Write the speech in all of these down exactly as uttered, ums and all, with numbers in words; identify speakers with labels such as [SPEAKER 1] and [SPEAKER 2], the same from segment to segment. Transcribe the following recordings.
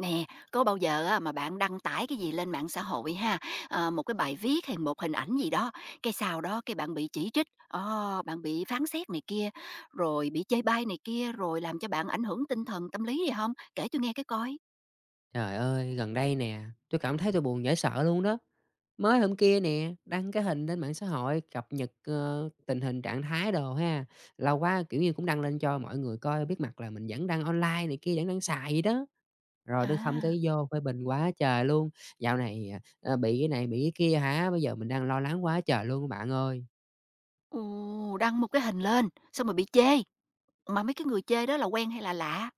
[SPEAKER 1] Nè, có bao giờ á mà bạn đăng tải cái gì lên mạng xã hội ha, ờ, một cái bài viết hay một hình ảnh gì đó, cái sau đó cái bạn bị chỉ trích, ờ, bạn bị phán xét này kia, rồi bị chê bai này kia, rồi làm cho bạn ảnh hưởng tinh thần, tâm lý gì không? Kể tôi nghe cái coi.
[SPEAKER 2] Trời ơi, gần đây nè, tôi cảm thấy tôi buồn dễ sợ luôn đó. Mới hôm kia nè, đăng cái hình lên mạng xã hội cập nhật ờ, tình hình trạng thái đồ ha. Lâu quá kiểu như cũng đăng lên cho mọi người coi biết mặt là mình vẫn đang online này kia, vẫn đang xài gì đó. Rồi đừng không
[SPEAKER 1] À,
[SPEAKER 2] cái vô phê bình quá trời luôn. Dạo này à, bị cái này bị cái kia hả? Bây giờ mình đang lo lắng quá trời luôn các bạn ơi.
[SPEAKER 1] ồ, đăng một cái hình lên, xong rồi bị chê, mà mấy cái người chê đó là quen hay là lạ?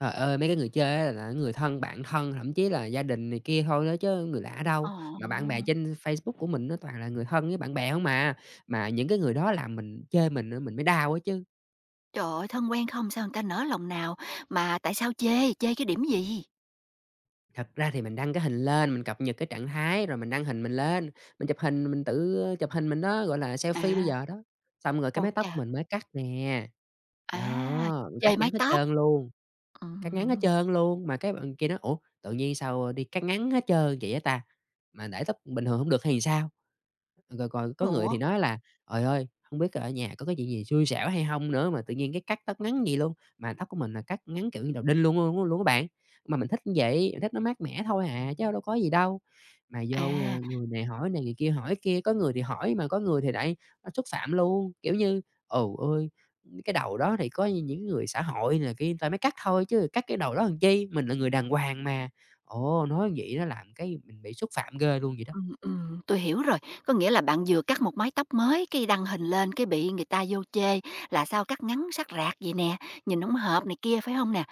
[SPEAKER 2] Trời ơi, mấy cái người chơi á là người thân, bạn thân, thậm chí là gia đình này kia thôi đó chứ người lạ
[SPEAKER 1] Ồ,
[SPEAKER 2] đâu. Mà bạn bè trên Facebook của mình nó toàn là người thân với bạn bè hông à, mà những cái người đó làm mình chơi mình á, mình mới đau á chứ.
[SPEAKER 1] trời ơi, thân quen không sao người ta nỡ lòng nào, mà tại sao chê? Chê cái điểm gì?
[SPEAKER 2] Thật ra thì mình đăng cái hình lên, mình cập nhật cái trạng thái rồi mình đăng hình mình lên, mình chụp hình mình tự ờ, chụp hình mình đó, gọi là,
[SPEAKER 1] À,
[SPEAKER 2] selfie bây giờ đó. Xong rồi cái
[SPEAKER 1] ô
[SPEAKER 2] mái tóc
[SPEAKER 1] chà,
[SPEAKER 2] mình mới cắt nè,
[SPEAKER 1] à,
[SPEAKER 2] đó, mình cắt
[SPEAKER 1] chê mái
[SPEAKER 2] ngắn hết
[SPEAKER 1] tóc.
[SPEAKER 2] trơn luôn,
[SPEAKER 1] Ờ.
[SPEAKER 2] cắt ngắn hết trơn luôn, mà cái bạn kia nói: "Ủa, tự nhiên sao đi cắt ngắn hết trơn vậy á ta? Mà để tóc bình thường không được hay sao?" Rồi còn có người
[SPEAKER 1] Ủa?
[SPEAKER 2] thì nói là "Trời ơi, không biết ở nhà có cái chuyện gì xui xẻo hay không nữa mà tự nhiên cái cắt tóc ngắn gì luôn?" Mà tóc của mình là cắt ngắn, kiểu như, đầu đinh luôn luôn luôn các bạn. Mà mình thích như vậy, mình thích nó mát mẻ thôi à, chứ đâu có gì đâu. Mà vô, a,
[SPEAKER 1] À,
[SPEAKER 2] người này hỏi này, người kia hỏi kia, có người thì hỏi mà có người thì lại, à, xúc phạm luôn, kiểu như, ồ ơi cái đầu đó thì có những người xã hội là kia người ta mới cắt thôi chứ cắt cái đầu đó làm chi, mình là người đàng hoàng mà. Ồ, nói vậy nó làm cái mình bị xúc phạm ghê luôn vậy đó.
[SPEAKER 1] ừm, ừm, tui hiểu rồi. Có nghĩa là bạn vừa cắt một mái tóc mới, cái đăng hình lên cái bị người ta vô chê là "Sao cắt ngắn sát rạc vậy nè, nhìn hổng hợp" này kia, phải hông nè?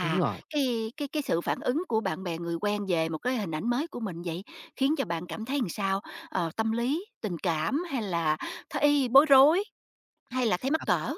[SPEAKER 2] Đúng rồi.
[SPEAKER 1] cái cái cái sự phản ứng của bạn bè, người quen về một cái hình ảnh mới của mình vậy, khiến cho bạn cảm thấy làm sao? Ờ, tâm lý, tình cảm hay là thấy bối rối, hay là thấy mắc
[SPEAKER 2] Thật
[SPEAKER 1] cỡ?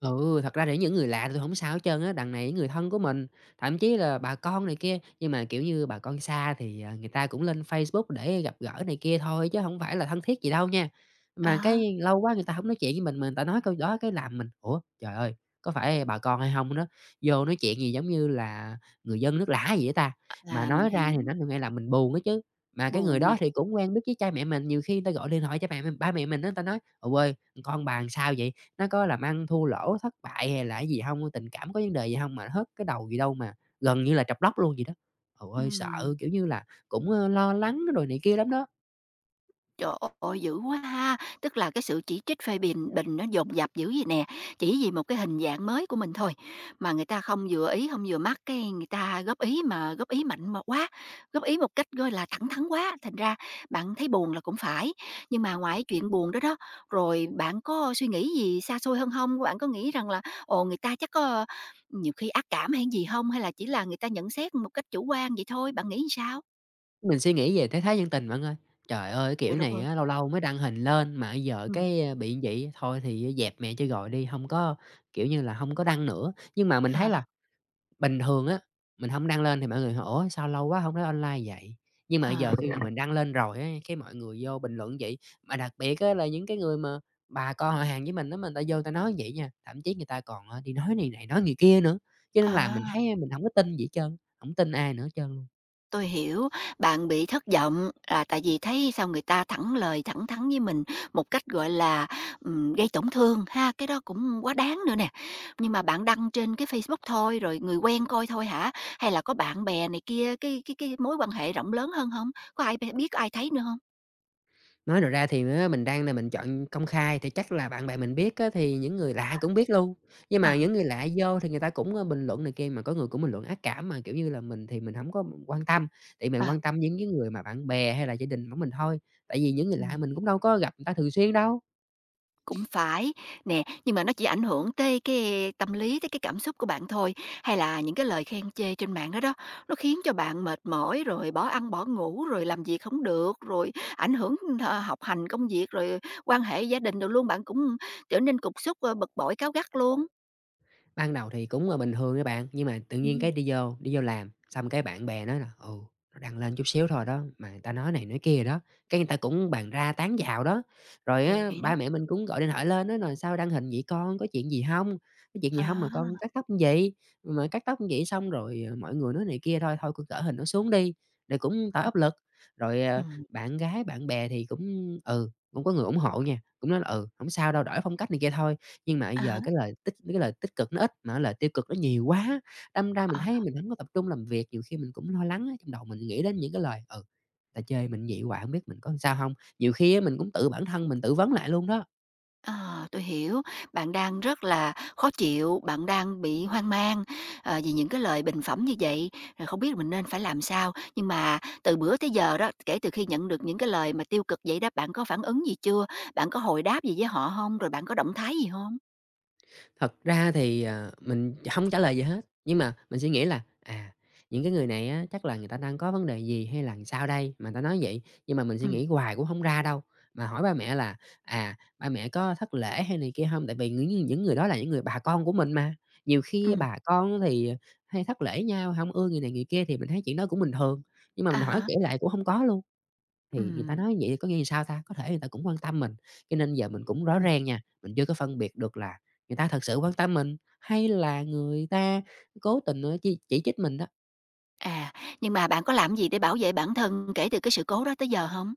[SPEAKER 2] ừ, thật ra để những người lạ thì tui hổng sao hết trơn á, đằng này những người thân của mình, thậm chí là bà con này kia, nhưng mà, kiểu như, bà con xa thì, à, người ta cũng lên Facebook để gặp gỡ này kia thôi chứ không phải là thân thiết gì đâu nha. Mà cái
[SPEAKER 1] Đó,
[SPEAKER 2] lâu quá người ta không nói chuyện với mình, mà người ta nói câu đó cái làm mình "Ủa, trời ơi, có phải bà con hay không đó?" Vô nói chuyện gì giống như là người dân nước lã gì vậy ta, mà
[SPEAKER 1] à, mình
[SPEAKER 2] nói ra
[SPEAKER 1] hiểu,
[SPEAKER 2] thì nó nghe là mình buồn á chứ. Mà cái người
[SPEAKER 1] buồn nè,
[SPEAKER 2] đó thì cũng quen biết với cha mẹ mình, nhiều khi người ta gọi điện thoại cho mẹ mình ba mẹ mình đó người ta nói: "Ù ơi, con bà làm sao vậy?" Nó có làm ăn thua lỗ, thất bại hay là cái gì không, tình cảm có vấn đề gì không mà hết cái đầu gì đâu mà gần như là trập lóc luôn vậy đó. Ôi ơi, sợ,
[SPEAKER 1] ừm.
[SPEAKER 2] kiểu như là, cũng, ơ, lo lắng rồi này kia lắm đó.
[SPEAKER 1] Trời ơi, dữ quá ha! Tức là cái sự chỉ trích phê bình bình nó dồn dập dữ vậy nè, chỉ vì một cái hình dạng mới của mình thôi, mà người ta không vừa ý, không vừa mắt, cái người ta góp ý mà góp ý mạnh mà quá, góp ý một cách, gọi là, thẳng thắn quá, thành ra bạn thấy buồn là cũng phải. Nhưng mà ngoài chuyện buồn đó đó, rồi bạn có suy nghĩ gì xa xôi hơn không? Bạn có nghĩ rằng là, ồ, người ta chắc có nhiều khi ác cảm hay gì không? Hay là chỉ là người ta nhận xét một cách chủ quan vậy thôi? Bạn nghĩ sao?
[SPEAKER 2] Mình suy nghĩ về thế thái nhân tình bạn ơi. Trời ơi, cái
[SPEAKER 1] Trời
[SPEAKER 2] kiểu
[SPEAKER 1] đất
[SPEAKER 2] này
[SPEAKER 1] ơi!
[SPEAKER 2] á, lâu lâu mới đăng hình lên mà giờ
[SPEAKER 1] Ừm,
[SPEAKER 2] cái ờ, bị như vậy, thôi thì dẹp mẹ chơi gọi đi, không có, kiểu như là, không có đăng nữa. Nhưng mà mình
[SPEAKER 1] ờ,
[SPEAKER 2] thấy là bình thường á, mình hổng đăng lên thì mọi người hỏi: "Ủa, sao lâu quá hông nói online vậy?" Nhưng mà giờ
[SPEAKER 1] ờ,
[SPEAKER 2] khi mà mình đăng lên rồi á, cái mọi người vô bình luận vậy. Mà đặc biệt á là những cái người mà bà con họ hàng với mình á, mà người ta vô người ta nói vậy nha, thậm chí người ta còn, ờ, đi nói này này nói người kia nữa, cho nên là mình
[SPEAKER 1] à.
[SPEAKER 2] thấy mình hổng có tin gì hết trơn, hổng tin ai nữa hết trơn luôn.
[SPEAKER 1] Tôi hiểu, bạn bị thất vọng là tại vì thấy sao người ta thẳng lời, thẳng thắn với mình một cách, gọi là, ừm, gây tổn thương ha, cái đó cũng quá đáng nữa nè. Nhưng mà bạn đăng trên cái Facebook thôi, rồi người quen coi thôi hả? Hay là có bạn bè này kia, cái cái cái mối quan hệ rộng lớn hơn không? Có ai biết, ai thấy nữa không?
[SPEAKER 2] Nói thật ra thì á, mình đang là mình chọn công khai thì chắc là bạn bè mình biết á, thì những người lạ cũng biết luôn. Nhưng
[SPEAKER 1] Ờ,
[SPEAKER 2] mà những người lạ vô thì người ta cũng, ơ, bình luận này kia, mà có người cũng bình luận ác cảm, mà, kiểu như là, mình thì mình không có quan tâm, tại mình
[SPEAKER 1] ờ.
[SPEAKER 2] quan tâm những cái người mà bạn bè hay là gia đình của mình thôi. Tại vì những người lạ
[SPEAKER 1] Ừm.
[SPEAKER 2] mình cũng đâu có gặp người ta thường xuyên đâu.
[SPEAKER 1] Cũng phải. Nè, nhưng mà nó chỉ ảnh hưởng tới cái tâm lý, tới cái cảm xúc của bạn thôi, hay là những cái lời khen chê trên mạng đó đó, nó khiến cho bạn mệt mỏi, rồi bỏ ăn bỏ ngủ, rồi làm việc không được, rồi ảnh hưởng, ờ, học hành, công việc, rồi quan hệ gia đình đồ luôn, bạn cũng trở nên cục súc, ơ, bực bội, cáu gắt luôn?
[SPEAKER 2] Ban đầu thì cũng, là bình thường các bạn, nhưng mà tự nhiên
[SPEAKER 1] Ừm.
[SPEAKER 2] cái đi vô đi vô làm, xong cái bạn bè nói là "Ừ, nó đăng lên chút xíu thôi đó, mà người ta nói này nói kia đó", cái người ta cũng bàn ra tán vào đó. Rồi á,
[SPEAKER 1] Vậy đó.
[SPEAKER 2] ba mẹ mình cũng gọi điện thoại lên nói là "Sao đăng hình vậy con, có chuyện gì không? Có chuyện gì không
[SPEAKER 1] À,
[SPEAKER 2] mà con cắt tóc như vậy? Mà cắt tóc như vậy xong rồi, ờ, mọi người nói này kia thôi, thôi con cỡ hình nó xuống đi", rồi cũng tạo áp lực. Rồi, ờ,
[SPEAKER 1] ừm,
[SPEAKER 2] bạn gái, bạn bè thì cũng ừ, cũng có người ủng hộ nha, cũng nói là "Ừ, không sao đâu, đổi phong cách này kia thôi", nhưng mà bây
[SPEAKER 1] à
[SPEAKER 2] giờ
[SPEAKER 1] há.
[SPEAKER 2] cái lời tích cái lời tích cực nó ít, mà lời tiêu cực nó nhiều quá, đâm ra mình
[SPEAKER 1] Ờ.
[SPEAKER 2] thấy mình không có tập trung làm việc, nhiều khi mình cũng lo lắng á, trong đầu mình nghĩ đến những cái lời "Ừ, ta chơi mình vậy hoài hổng biết mình có làm sao không?" Nhiều khi á mình cũng tự bản thân mình tự vấn lại luôn đó.
[SPEAKER 1] Ờ, tôi hiểu, bạn đang rất là khó chịu, bạn đang bị hoang mang, ờ, vì những cái lời bình phẩm như vậy, rồi không biết mình nên phải làm sao. Nhưng mà từ bữa tới giờ đó, kể từ khi nhận được những cái lời mà tiêu cực vậy đó, bạn có phản ứng gì chưa? Bạn có hồi đáp gì với họ không? Rồi bạn có động thái gì không?
[SPEAKER 2] Thật ra thì, ờ, mình không trả lời gì hết, nhưng mà mình suy nghĩ là, à, những cái người này á chắc là người ta đang có vấn đề gì hay là sao đây mà người ta nói vậy? Nhưng mà mình suy
[SPEAKER 1] Ừm,
[SPEAKER 2] nghĩ hoài cũng không ra đâu, mà hỏi ba mẹ là, à, ba mẹ có thất lễ hay này kia không? Tại vì những những người đó là những người bà con của mình mà, nhiều khi
[SPEAKER 1] ừm,
[SPEAKER 2] bà con thì hay thất lễ nhau, không ưa người này người kia thì mình thấy chuyện đó cũng bình thường, nhưng mà
[SPEAKER 1] à
[SPEAKER 2] mình hỏi
[SPEAKER 1] hả
[SPEAKER 2] kể lại cũng không có luôn. Thì người ta
[SPEAKER 1] ừm,
[SPEAKER 2] nói vậy có nghĩa là sao ta? Có thể người ta cũng quan tâm mình, cho nên giờ mình cũng rõ
[SPEAKER 1] ừm,
[SPEAKER 2] ràng nha, mình chưa có phân biệt được là người ta thật sự quan tâm mình hay là người ta cố tình, ơ, chỉ chỉ trích mình đó.
[SPEAKER 1] à, nhưng mà bạn có làm gì để bảo vệ bản thân kể từ cái sự cố đó tới giờ không?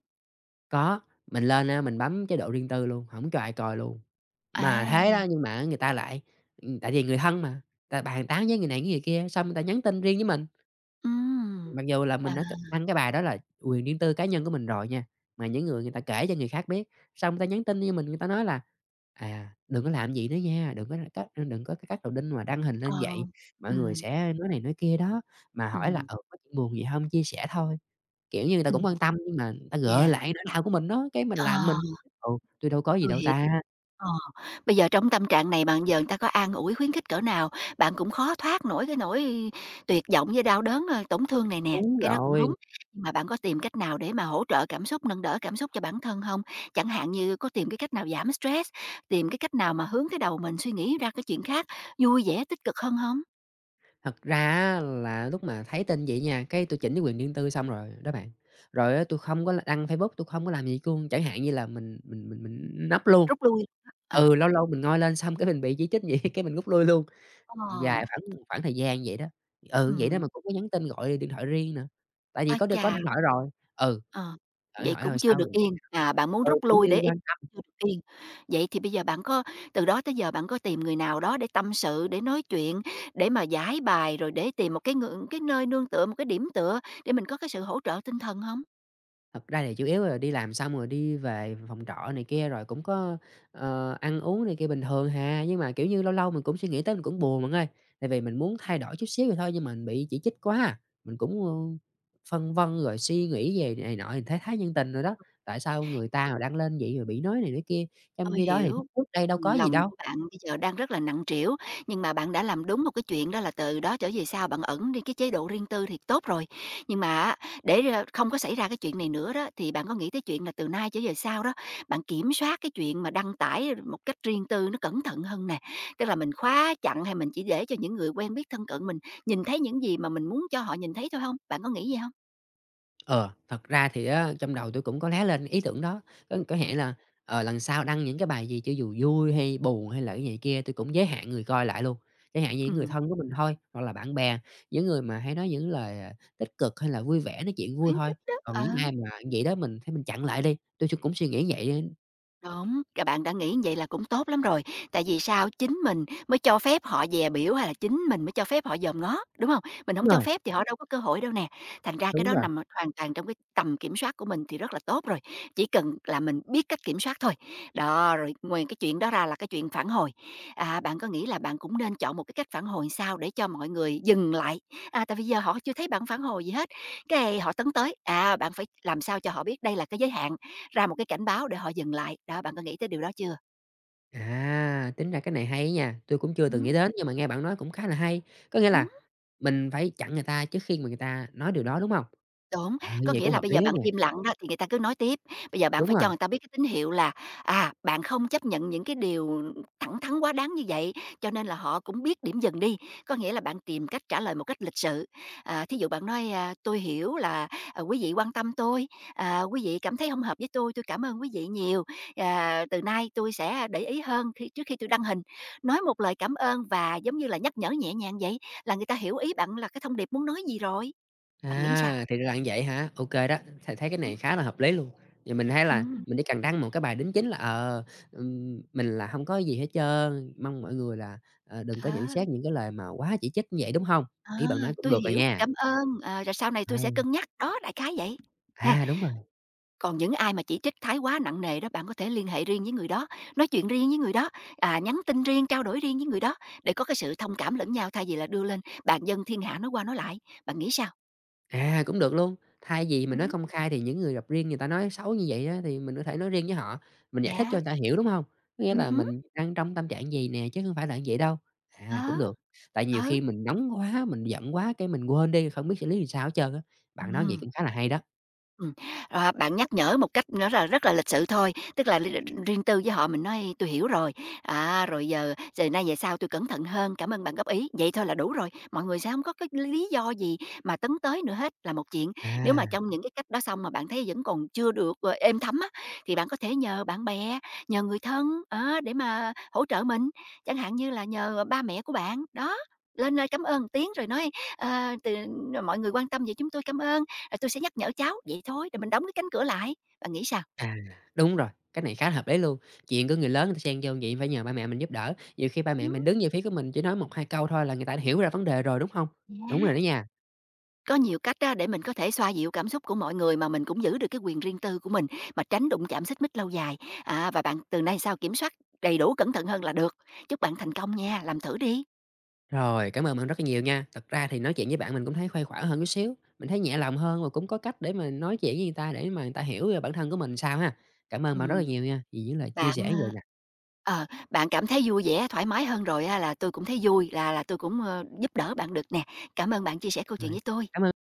[SPEAKER 2] Có, mình lên á, mình bấm chế độ riêng tư luôn, không cho ai coi luôn. Mà
[SPEAKER 1] À,
[SPEAKER 2] thế đó, nhưng mà người ta lại ừ, tại vì người thân mà, ta bàn tán với người này với người kia, xong người ta nhắn tin riêng với mình.
[SPEAKER 1] ừm,
[SPEAKER 2] Mặc dù là
[SPEAKER 1] à,
[SPEAKER 2] mình đã c đăng cái bài đó là quyền riêng tư cá nhân của mình rồi nha, mà những người người ta kể cho người khác biết, xong người ta nhắn tin cho mình, người ta nói là "À, đừng có làm vậy nữa nha, đừng có cắt đừng có cắt đầu đinh mà đăng hình lên
[SPEAKER 1] ờ,
[SPEAKER 2] vậy, mọi người
[SPEAKER 1] ừm,
[SPEAKER 2] sẽ nói này nói kia đó, mà hỏi là,
[SPEAKER 1] ừm,
[SPEAKER 2] ừ, có chuyện buồn gì hông, chia sẻ thôi." Kiểu như, người ta cũng
[SPEAKER 1] ừm,
[SPEAKER 2] quan tâm nhưng mà người ta gợi
[SPEAKER 1] yeah,
[SPEAKER 2] lại nỗi đau của mình đó, cái mình
[SPEAKER 1] ờ,
[SPEAKER 2] làm mình "Ừ, tôi đâu có gì
[SPEAKER 1] tôi
[SPEAKER 2] đâu
[SPEAKER 1] hiểu.
[SPEAKER 2] ta."
[SPEAKER 1] Ờ, bây giờ trong tâm trạng này bạn giờ người ta có an ủi, khuyến khích cỡ nào, bạn cũng khó thoát nổi cái nỗi tuyệt vọng với đau đớn, ơ, tổn thương này nè,
[SPEAKER 2] Đúng
[SPEAKER 1] cái đó cũng
[SPEAKER 2] rồi.
[SPEAKER 1] đúng. Nhưng mà bạn có tìm cách nào để mà hỗ trợ cảm xúc, nâng đỡ cảm xúc cho bản thân không? Chẳng hạn như có tìm cái cách nào giảm stress, tìm cái cách nào mà hướng cái đầu mình suy nghĩ ra cái chuyện khác, vui vẻ, tích cực hơn không?
[SPEAKER 2] Thật ra á là lúc mà thấy tin vậy nha, cái tui chỉnh cái quyền riêng tư xong rồi đó bạn. Rồi á tui không có đăng Facebook, tui không có làm gì luôn, chẳng hạn như là mình mình mình mình nấp luôn.
[SPEAKER 1] Rút lui ờ,
[SPEAKER 2] Ừ, lâu lâu mình ngoi lên xong cái mình bị chỉ trích vậy cái mình rút lui luôn,
[SPEAKER 1] ờ,
[SPEAKER 2] dài khoảng khoảng thời gian vậy đó. Ừ, vậy đó
[SPEAKER 1] ừ
[SPEAKER 2] mà cũng có nhắn tin gọi điện thoại riêng nữa, tại vì
[SPEAKER 1] ái
[SPEAKER 2] có đ có
[SPEAKER 1] chà!
[SPEAKER 2] điện thoại rồi. Ừ,
[SPEAKER 1] Ờ,
[SPEAKER 2] gọi điện
[SPEAKER 1] vậy
[SPEAKER 2] thoại rồi
[SPEAKER 1] cũng chưa
[SPEAKER 2] sao
[SPEAKER 1] được yên, à, bạn muốn
[SPEAKER 2] ừ,
[SPEAKER 1] rút
[SPEAKER 2] kiểu
[SPEAKER 1] lui
[SPEAKER 2] như
[SPEAKER 1] để yên,
[SPEAKER 2] quan.
[SPEAKER 1] chưa được yên. Vậy thì bây giờ bạn có từ đó tới giờ bạn có tìm người nào đó để tâm sự, để nói chuyện, để mà giải bài, rồi để tìm một cái ng cái nơi nương tựa, một cái điểm tựa để mình có cái sự hỗ trợ tinh thần không?
[SPEAKER 2] Thật ra thì chủ yếu là đi làm xong rồi đi về phòng trọ này kia, rồi cũng có, ờ, ăn uống này kia bình thường hà. Nhưng mà, kiểu như, lâu lâu mình cũng suy nghĩ tới mình cũng buồn mọi người tại vì mình muốn thay đổi chút xíu vậy thôi nhưng mà mình bị chỉ trích quá à. Mình cũng, ơ, phân vân rồi suy nghĩ về này nọ thì thấy thái nhân tình rồi đó, tại sao người ta mà đang lên vậy rồi bị nói này nói kia, trong
[SPEAKER 1] Tôi
[SPEAKER 2] khi đó thì lúc
[SPEAKER 1] hiểu.
[SPEAKER 2] trước đây đâu
[SPEAKER 1] Ừm,
[SPEAKER 2] có gì
[SPEAKER 1] lòng
[SPEAKER 2] đâu.
[SPEAKER 1] của bạn bây giờ đang rất là nặng trĩu, nhưng mà bạn đã làm đúng một cái chuyện đó là từ đó trở về sau bạn ẩn đi cái chế độ riêng tư thì tốt rồi. Nhưng mà á, để, ơ, không có xảy ra cái chuyện này nữa đó, thì bạn có nghĩ tới chuyện là từ nay trở về sau đó, bạn kiểm soát cái chuyện mà đăng tải một cách riêng tư nó cẩn thận hơn nè? Tức là mình khóa chặn hay mình chỉ để cho những người quen biết thân cận mình nhìn thấy những gì mà mình muốn cho họ nhìn thấy thôi không? Bạn có nghĩ vậy không?
[SPEAKER 2] Ờ, thật ra thì á, trong đầu tôi cũng có lóe lên ý tưởng đó, có có
[SPEAKER 1] Ừm.
[SPEAKER 2] nghĩa là, ờ, lần sau đăng những cái bài gì cho dù vui hay buồn hay là cái này kia tôi cũng giới hạn người coi lại luôn, giới hạn như những người
[SPEAKER 1] Ừm,
[SPEAKER 2] thân của mình thôi, hoặc là bạn bè, những người mà hay nói những lời, à, tích cực hay là vui vẻ, nói chuyện vui
[SPEAKER 1] khuyến
[SPEAKER 2] thôi,
[SPEAKER 1] khích đó,
[SPEAKER 2] còn
[SPEAKER 1] ờ.
[SPEAKER 2] những ai mà vậy đó mình thôi mình chặn lại đi, tôi s cũng suy nghĩ vậy.
[SPEAKER 1] Đúng, các bạn đã nghĩ như vậy là cũng tốt lắm rồi, tại vì sao? Chính mình mới cho phép họ dè biểu hay là chính mình mới cho phép họ dòm ngó, đúng không? Mình
[SPEAKER 2] Đúng
[SPEAKER 1] không cho
[SPEAKER 2] rồi,
[SPEAKER 1] phép thì họ đâu có cơ hội đâu nè, thành ra cái
[SPEAKER 2] đúng
[SPEAKER 1] đó
[SPEAKER 2] rồi.
[SPEAKER 1] nằm ở- hoàn toàn trong cái tầm kiểm soát của mình thì rất là tốt rồi, chỉ cần là mình biết cách kiểm soát thôi. Đó, rồi ngoài cái chuyện đó ra là cái chuyện phản hồi, à, bạn có nghĩ là bạn cũng nên chọn một cái cách phản hồi sao để cho mọi người dừng lại? À, tại vì giờ họ chưa thấy bạn phản hồi gì hết, cái họ tấn tới, à, bạn phải làm sao cho họ biết đây là cái giới hạn, ra một cái cảnh báo để họ dừng lại. Đó, bạn có nghĩ tới điều đó chưa?
[SPEAKER 2] À, tính ra cái này hay á nha, tôi cũng chưa từng nghĩ
[SPEAKER 1] Ừm,
[SPEAKER 2] đến nhưng mà nghe bạn nói cũng khá là hay, có nghĩa là
[SPEAKER 1] ừm.
[SPEAKER 2] mình phải chặn người ta trước khi mà người ta nói điều đó, đúng không?
[SPEAKER 1] Đúng,
[SPEAKER 2] À, như
[SPEAKER 1] có
[SPEAKER 2] vậy
[SPEAKER 1] nghĩa
[SPEAKER 2] cũng
[SPEAKER 1] là
[SPEAKER 2] hợp
[SPEAKER 1] bây giờ
[SPEAKER 2] lý á
[SPEAKER 1] bạn
[SPEAKER 2] nha.
[SPEAKER 1] im lặng đó thì người ta cứ nói tiếp, bây giờ bạn
[SPEAKER 2] Đúng
[SPEAKER 1] phải
[SPEAKER 2] rồi.
[SPEAKER 1] cho người ta biết cái tín hiệu là, à, bạn không chấp nhận những cái điều thẳng thắn quá đáng như vậy, cho nên là họ cũng biết điểm dừng đi. Có nghĩa là bạn tìm cách trả lời một cách lịch sự, à, thí dụ bạn nói, à, "Tôi hiểu là, ờ, quý vị quan tâm tôi, à, quý vị cảm thấy không hợp với tôi, tôi cảm ơn quý vị nhiều, à, từ nay tôi sẽ để ý hơn khi trước khi tôi đăng hình." Nói một lời cảm ơn và giống như là nhắc nhở nhẹ nhàng vậy là người ta hiểu ý bạn là cái thông điệp muốn nói gì rồi. Bạn nghĩ sao?
[SPEAKER 2] À, thì ra là như vậy hả? Ok đó, th thấy cái này khá là hợp lý luôn. Vậy mình thấy là
[SPEAKER 1] Ừm,
[SPEAKER 2] mình chỉ cần đăng một cái bài đính chính là, ờ, ừm, mình là không có gì hết trơn, mong mọi người là, ờ, đừng có nhận
[SPEAKER 1] ờ,
[SPEAKER 2] xét những cái lời mà quá chỉ trích như vậy, đúng không?
[SPEAKER 1] ờ,
[SPEAKER 2] Ý bạn nói cũng
[SPEAKER 1] tôi
[SPEAKER 2] được rồi
[SPEAKER 1] hiểu, tôi
[SPEAKER 2] nha.
[SPEAKER 1] cảm ơn, ờ, rồi sau này tui sẽ
[SPEAKER 2] À.
[SPEAKER 1] cân nhắc, đó, đại khái vậy. Ha,
[SPEAKER 2] À, đúng rồi.
[SPEAKER 1] còn những ai mà chỉ trích thái quá nặng nề đó, bạn có thể liên hệ riêng với người đó, nói chuyện riêng với người đó, à, nhắn tin riêng, trao đổi riêng với người đó để có cái sự thông cảm lẫn nhau thay vì là đưa lên bàn dân thiên hạ nói qua nói lại. Bạn nghĩ sao?
[SPEAKER 2] À, cũng được luôn. Thay vì mình
[SPEAKER 1] Ừm
[SPEAKER 2] nói
[SPEAKER 1] hứm,
[SPEAKER 2] công khai thì những người gặp riêng người ta nói xấu như vậy á, thì mình có thể nói riêng với họ, mình giải thích cho
[SPEAKER 1] yeah,
[SPEAKER 2] người ta hiểu, đúng hông? Có nghĩa
[SPEAKER 1] ừm
[SPEAKER 2] là
[SPEAKER 1] hứm,
[SPEAKER 2] mình đang trong tâm trạng gì nè, chứ hông phải là như vậy đâu. À,
[SPEAKER 1] ờ,
[SPEAKER 2] cũng được. Tại nhiều
[SPEAKER 1] ờ,
[SPEAKER 2] khi mình nóng quá, mình giận quá cái mình quên đi, không biết xử lý làm sao hết trơn á. Bạn nói vậy
[SPEAKER 1] ừm.
[SPEAKER 2] cũng khá là hay đó.
[SPEAKER 1] Ừm, à, bạn nhắc nhở một cách nó là rất là lịch sự thôi, tức là riêng riêng tư với họ mình nói: tôi hiểu rồi, à, rồi giờ giờ nay về sau tôi cẩn thận hơn, cảm ơn bạn góp ý." Vậy thôi là đủ rồi, mọi người sẽ không có cái lý do gì mà tấn tới nữa hết là một chuyện. Nếu mà
[SPEAKER 2] À,
[SPEAKER 1] trong những cái cách đó xong mà bạn thấy vẫn còn chưa được, ờ, êm thấm á, thì bạn có thể nhờ bạn bè, nhờ người thân, á, để mà hỗ trợ mình, chẳng hạn như là nhờ ba mẹ của bạn, đó, lên, ơ, cảm ơn tiếng rồi nói: "Ờ, từ mọi người quan tâm vậy chúng tôi cảm ơn." "À, tui sẽ nhắc nhở cháu", vậy thôi, rồi mình đóng cái cánh cửa lại. Bạn nghĩ sao?
[SPEAKER 2] à, đúng rồi, cái này khá là hợp lý luôn. Chuyện của người lớn người ta xen vô vậy phải nhờ ba mẹ mình giúp đỡ. Nhiều khi ba mẹ
[SPEAKER 1] Ừm.
[SPEAKER 2] mình đứng về phía của mình chỉ nói một hai câu thôi là người ta đã hiểu ra vấn đề rồi, đúng hông? Đúng
[SPEAKER 1] Yeah,
[SPEAKER 2] rồi đó nha.
[SPEAKER 1] có nhiều cách á để mình có thể xoa dịu cảm xúc của mọi người mà mình cũng giữ được cái quyền riêng tư của mình, mà tránh đụng chạm xích mích lâu dài. À, và bạn từ nay sau kiểm soát đầy đủ, cẩn thận hơn là được. Chúc bạn thành công nha, làm thử đi.
[SPEAKER 2] Rồi, cảm ơn bạn rất là nhiều nha. Thật ra thì nói chuyện với bạn mình cũng thấy khuây khỏa hơn chút xíu, mình thấy nhẹ lòng hơn và cũng có cách để mà nói chuyện với người ta để mà người ta hiểu, về bản thân của mình sao ha. Cảm ơn bạn rất là
[SPEAKER 1] Ừm,
[SPEAKER 2] nhiều nha, vì những lời chia
[SPEAKER 1] bạn,
[SPEAKER 2] sẻ như vầy
[SPEAKER 1] ơ
[SPEAKER 2] nè.
[SPEAKER 1] ờ, bạn cảm thấy vui vẻ, thoải mái hơn rồi á là tôi cũng thấy vui, là là tôi cũng, ơ, giúp đỡ bạn được nè. Cảm ơn bạn chia sẻ câu chuyện
[SPEAKER 2] Rồi,
[SPEAKER 1] với tôi
[SPEAKER 2] cảm ơn